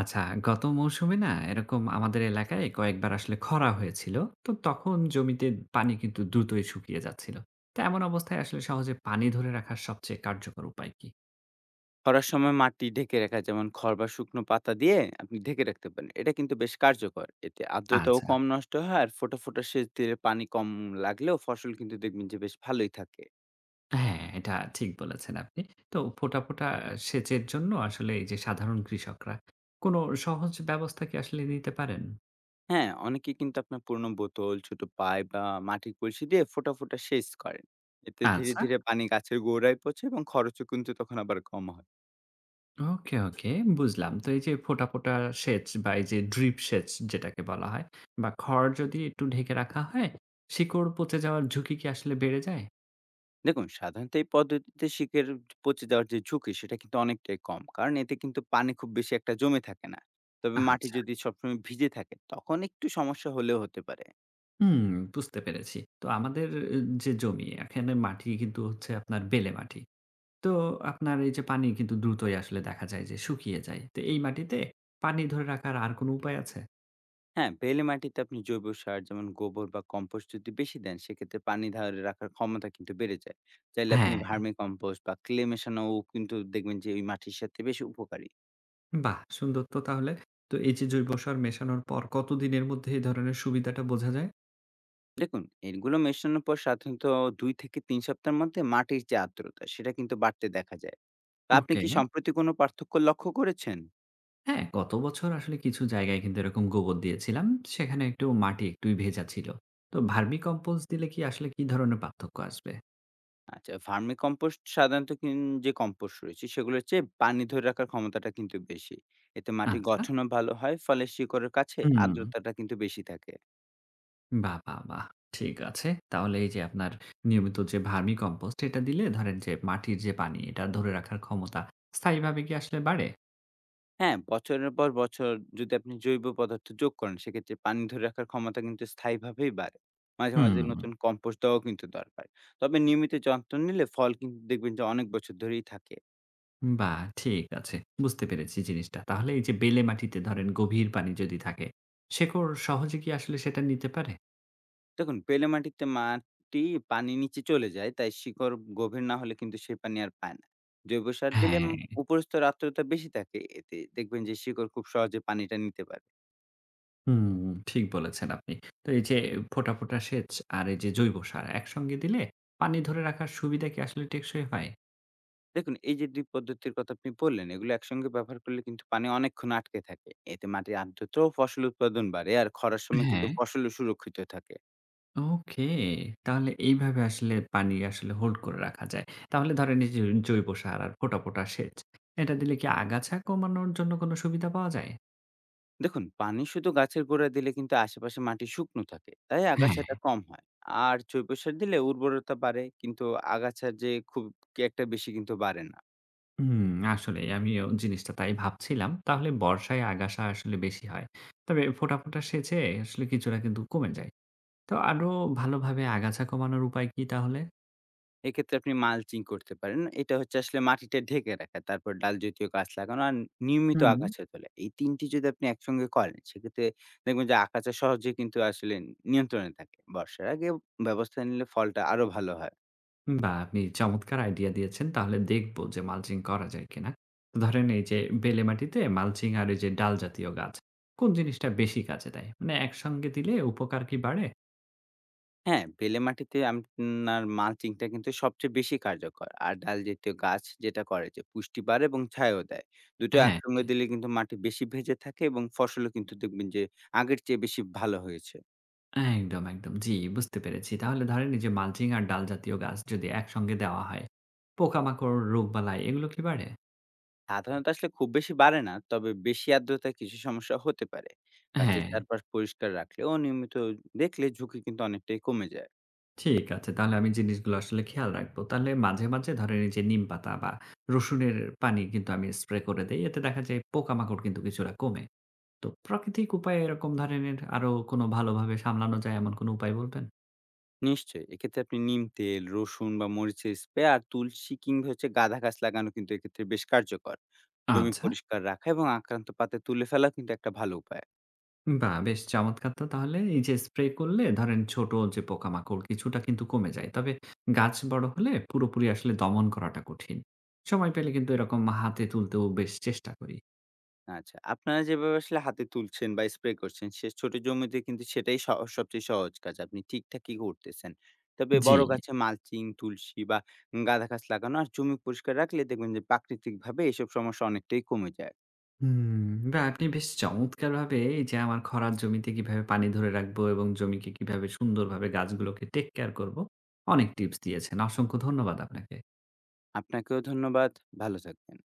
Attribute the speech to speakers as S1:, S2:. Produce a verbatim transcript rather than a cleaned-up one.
S1: আচ্ছা, গত মৌসুমে না এরকম আমাদের এলাকায় কয়েকবার আসলে খরা হয়েছিল। তো তখন জমিতে পানি কিন্তু দ্রুতই শুকিয়ে যাচ্ছিল। তো এমন অবস্থায় আসলে সহজে পানি ধরে রাখার সবচেয়ে কার্যকর উপায় কি?
S2: খরার সময় মাটি ঢেকে রাখা যেমন খড় বা শুকনো পাতা দিয়ে আপনি ঢেকে রাখতে পারেন। এটা কিন্তু বেশ কার্যকর। এতে আর্দ্রতাও
S1: আচ্ছা,
S2: কম নষ্ট হয় আর ফোঁটা, ফোঁটা সেচ দিলে পানি কম লাগলেও ফসল কিন্তু দেখবেন যে বেশ ভালোই থাকে।
S1: হ্যাঁ, এটা ঠিক বলেছেন আপনি। তো ফোঁটা, ফোঁটা সেচের জন্য আসলে এই যে সাধারণ কৃষকরা কোনো সহজ ব্যবস্থা কি আসলে নিতে পারেন?
S2: হ্যাঁ, অনেকে কিন্তু আপনার পুরনো বোতল, ছোট পাইপ বা মাটির কলসি দিয়ে ফোঁটা, ফোঁটা সেচ করেন। এতে ধীরে,
S1: আচ্ছা।
S2: ধীরে পানি গাছের গোড়ায় পৌঁছে এবং খরচও কিন্তু তখন আবার কম হয়।
S1: ওকে, ওকে বুঝলাম। তো এই যে ফোঁটা, ফোঁটা সেচ বা এই যে ড্রিপ সেচ যেটাকে বলা হয় বা খড় যদি একটু ঢেকে রাখা হয়, শিকড় পচে যাওয়ার ঝুঁকি কি আসলে বেড়ে যায়?
S2: দেখুন, সাধারণত এই পদ্ধতিতে শিকের পচে যাওয়ার যে ঝুঁকি সেটা কিন্তু অনেকটাই কম, কারণ এতে কিন্তু পানি খুব বেশি একটা জমে থাকে না। তবে মাটি
S1: আচ্ছা,
S2: যদি সবসময় ভিজে থাকে তখন একটু সমস্যা হলেও হতে পারে।
S1: হুম, বুঝতে পেরেছি। তো আমাদের আহ, যে জমি এখানে মাটি কিন্তু হচ্ছে আপনার বেলে মাটি। তো আপনার এই যে পানি কিন্তু দ্রুতই আসলে দেখা যায় যে শুকিয়ে যায়। তো এই মাটিতে পানি ধরে রাখার আর কোনো উপায় আছে?
S2: হ্যাঁ, বেলে মাটিতে আপনি জৈব সার যেমন গোবর বা কম্পোস্ট যদি বেশি দেন, সেক্ষেত্রে পানি ধরে রাখার ক্ষমতা কিন্তু বেড়ে যায়। চাইলে আপনি
S1: হ্যাঁ,
S2: ভার্মি কম্পোস্ট বা ক্লে মেশানোও কিন্তু দেখবেন যে ওই মাটির সাথে বেশ উপকারী।
S1: বাহ! সুন্দর তো তাহলে। তো এই যে জৈব সার মেশানোর পর কতদিনের মধ্যে এই ধরনের সুবিধাটা বোঝা যায়?
S2: দেখুন, এগুলো মেশানোর পর সাধারণত দুই থেকে তিন সপ্তাহের মধ্যে মাটির যে আর্দ্রতা সেটা কিন্তু বাড়তে দেখা যায়। তা আপনি
S1: ওকে।
S2: কি সম্প্রতি কোনো পার্থক্য লক্ষ্য করেছেন?
S1: হ্যাঁ, গত বছর আসলে কিছু জায়গায় কিন্তু এরকম গোবর দিয়েছিলাম। সেখানে একটু মাটি একটুই ভেজা ছিল। তো ভার্মি কম্পোস্ট দিলে কি আসলে কি ধরনের পার্থক্য আসবে?
S2: আচ্ছা, ভার্মি কম্পোস্ট সাধারণত কিন যে কম্পোস্ট রয়েছে সেগুলোর চেয়ে পানি ধরে রাখার ক্ষমতাটা কিন্তু বেশি। এতে মাটির
S1: আচ্ছা।
S2: গঠনও ভালো হয়, ফলে শিকড়ের কাছে
S1: হুম।
S2: আর্দ্রতাটা কিন্তু বেশি থাকে।
S1: বাহ! বাহ! বাহ! ঠিক আছে। তাহলে এই যে আপনার নিয়মিত যে ভার্মি কম্পোস্ট এটা দিলে ধরেন যে মাটির যে পানি এটা ধরে রাখার ক্ষমতা স্থায়ীভাবে কি আসলে বাড়ে?
S2: হ্যাঁ, বছরের পর বছর যদি আপনি জৈব পদার্থ যোগ করেন, সেক্ষেত্রে পানি ধরে রাখার ক্ষমতা কিন্তু স্থায়ীভাবেই বাড়ে। মাঝে, মাঝে
S1: হুম।
S2: নতুন কম্পোস্ট দেওয়াও কিন্তু দরকার। তবে নিয়মিত যত্ন নিলে ফল কিন্তু দেখবেন যে অনেক বছর ধরেই থাকে।
S1: বাহ! ঠিক আছে। বুঝতে পেরেছি জিনিসটা। তাহলে এই যে বেলে মাটিতে ধরেন গভীর পানি যদি থাকে, শেকড় সহজে কি আসলে সেটা নিতে পারে?
S2: দেখুন, বেলে মাটিতে মাটি পানির নিচে চলে যায়। তাই শিকড় গভীর না হলে কিন্তু সে পানি আর পায় না। জৈব সার দিলে
S1: হ্যাঁ।
S2: উম উপরস্তর আর্দ্রতা বেশি থাকে। এতে দেখবেন যে শিকড় খুব সহজে পানিটা নিতে পারে।
S1: হুম, ঠিক বলেছেন আপনি। তো এই যে ফোঁটা, ফোঁটা সেচ আর এই যে জৈব সার একসঙ্গে দিলে পানি ধরে রাখার সুবিধা কি আসলে টেকসই হয়?
S2: দেখুন, এই যে দুই পদ্ধতির কথা আপনি বললেন, এগুলো একসঙ্গে ব্যবহার করলে কিন্তু পানি অনেকক্ষণ আটকে থাকে। এতে মাটির আর্দ্রতা ও ফসল উৎপাদন বাড়ে। আর খরার সময় কিন্তু
S1: হ্যাঁ।
S2: ফসলও সুরক্ষিত থাকে।
S1: ওকে, তাহলে এইভাবে আসলে পানি আসলে হোল্ড করে রাখা যায়। তাহলে ধরেন এই যে জৈব সার আর ফোঁটা, ফোঁটা সেচ এটা দিলে কি আগাছা কমানোর জন্য কোনো সুবিধা পাওয়া যায়?
S2: দেখুন, পানি শুধু গাছের গোড়ায় দিলে কিন্তু আশেপাশে মাটি শুকনো থাকে, তাই
S1: হ্যাঁ।
S2: আগাছাটা কম হয়। আর জৈব সার দিলে উর্বরতা বাড়ে, কিন্তু আগাছা যে খুব কি একটা বেশি কিন্তু বাড়ে না।
S1: হুম, আসলে আমিও জিনিসটা তাই ভাবছিলাম। তাহলে বর্ষায় আগাছা আসলে বেশি হয়। তবে ফোঁটা, ফোঁটা সেচে আসলে কিছুটা কিন্তু কমে যায়। তো আরো ভালোভাবে আগাছা কমানোর উপায় কি তাহলে?
S2: এক্ষেত্রে আপনি মালচিং করতে পারেন। এটা হচ্ছে আসলে মাটিটা ঢেকে রাখা, তারপর ডাল জাতীয় গাছ লাগানো আর নিয়মিত
S1: হুম।
S2: আগাছা তোলা। এই তিনটি যদি আপনি একসঙ্গে করেন, সেক্ষেত্রে দেখবেন যে আগাছা সহজে কিন্তু আসলে নিয়ন্ত্রণে থাকে। বর্ষার আগে ব্যবস্থা নিলে ফলটা আরো ভালো হয়।
S1: বাহ! আপনি চমৎকার আইডিয়া দিয়েছেন। তাহলে দেখব যে মালচিং করা যায় কিনা। তো ধরেন এই যে বেলে মাটিতে মালচিং আর এই যে ডাল জাতীয় গাছ, কোন জিনিসটা বেশি কাজে দেয়? মানে একসঙ্গে দিলে উপকার কি বাড়ে?
S2: হ্যাঁ, বেলে মাটিতে আপনার মালচিংটা কিন্তু সবচেয়ে বেশি কার্যকর। আর ডাল জাতীয় গাছ যেটা করে যে পুষ্টি বাড়ে এবং ছায়াও দেয়। দু টো
S1: হ্যাঁ,
S2: একসঙ্গে দিলে কিন্তু মাটি বেশি ভেজে থাকে এবং ফসলও কিন্তু দেখবেন যে আগের চেয়ে বেশি ভালো হয়েছে।
S1: একদম, একদম। জি, বুঝতে পেরেছি। তাহলে ধরেন এই যে মালচিং আর ডাল জাতীয় গাছ যদি একসঙ্গে দেওয়া হয়, পোকামাকড়, রোগবালাই এগুলো কি বাড়ে?
S2: সাধারণত আসলে খুব বেশি বাড়ে না, তবে বেশি আর্দ্রতায় কিছু সমস্যা হতে পারে। গাছের
S1: হ্যাঁ।
S2: চারপাশ পরিষ্কার রাখলে ও নিয়মিত দেখলে ঝুঁকি কিন্তু অনেকটাই কমে যায়।
S1: ঠিক আছে। তাহলে আমি জিনিসগুলো আসলে খেয়াল রাখবো। তাহলে মাঝে, মাঝে ধরেন এই যে নিমপাতা বা রসুনের পানি কিন্তু আমি স্প্রে করে দেই। এতে দেখা যায় পোকামাকড় কিন্তু কিছুটা কমে। তো প্রাকৃতিক উপায়ে এরকম ধরনের আরো কোনো ভালোভাবে সামলানো যায় এমন কোনো উপায় বলবেন?
S2: নিশ্চয়ই, এক্ষেত্রে আপনি নিম তেল, রসুন বা মরিচের স্প্রে আর তুলসী কিংবা হচ্ছে গাদা গাছ লাগানো কিন্তু এক্ষেত্রে বেশ কার্যকর। জমি
S1: আচ্ছা।
S2: পরিষ্কার রাখা এবং আক্রান্ত পাতা তুলে ফেলা কিন্তু একটা ভালো উপায়।
S1: বাহ! বেশ চমৎকার তো তাহলে। এই যে স্প্রে করলে ধরেন ছোট যে পোকামাকড় কিছুটা কিন্তু কমে যায়। তবে গাছ বড় হলে পুরোপুরি আসলে দমন করাটা কঠিন। সময় পেলে কিন্তু এরকম হাতে তুলতেও বেশ চেষ্টা করি।
S2: আচ্ছা, আপনারা যেভাবে আসলে হাতে তুলছেন বা স্প্রে করছেন, সে ছোট জমিতে কিন্তু সেটাই স সবচেয়ে সহজ কাজ। আপনি ঠিকঠাকই করতেছেন। তবে
S1: জি।
S2: বড় গাছে মালচিং, তুলসী বা গাঁদা গাছ লাগানো আর জমি পরিষ্কার রাখলে দেখবেন যে প্রাকৃতিকভাবে এসব সমস্যা অনেকটাই কমে যায়।
S1: হুম, বা আপনি বেশ চমৎকারভাবে এই যে আমার খরার জমিতে কিভাবে পানি ধরে রাখবো এবং জমিকে কিভাবে সুন্দরভাবে গাছগুলোকে টেক কেয়ার করব, অনেক টিপস দিয়েছেন। অসংখ্য ধন্যবাদ আপনাকে।
S2: আপনাকেও ধন্যবাদ। ভালো থাকবেন।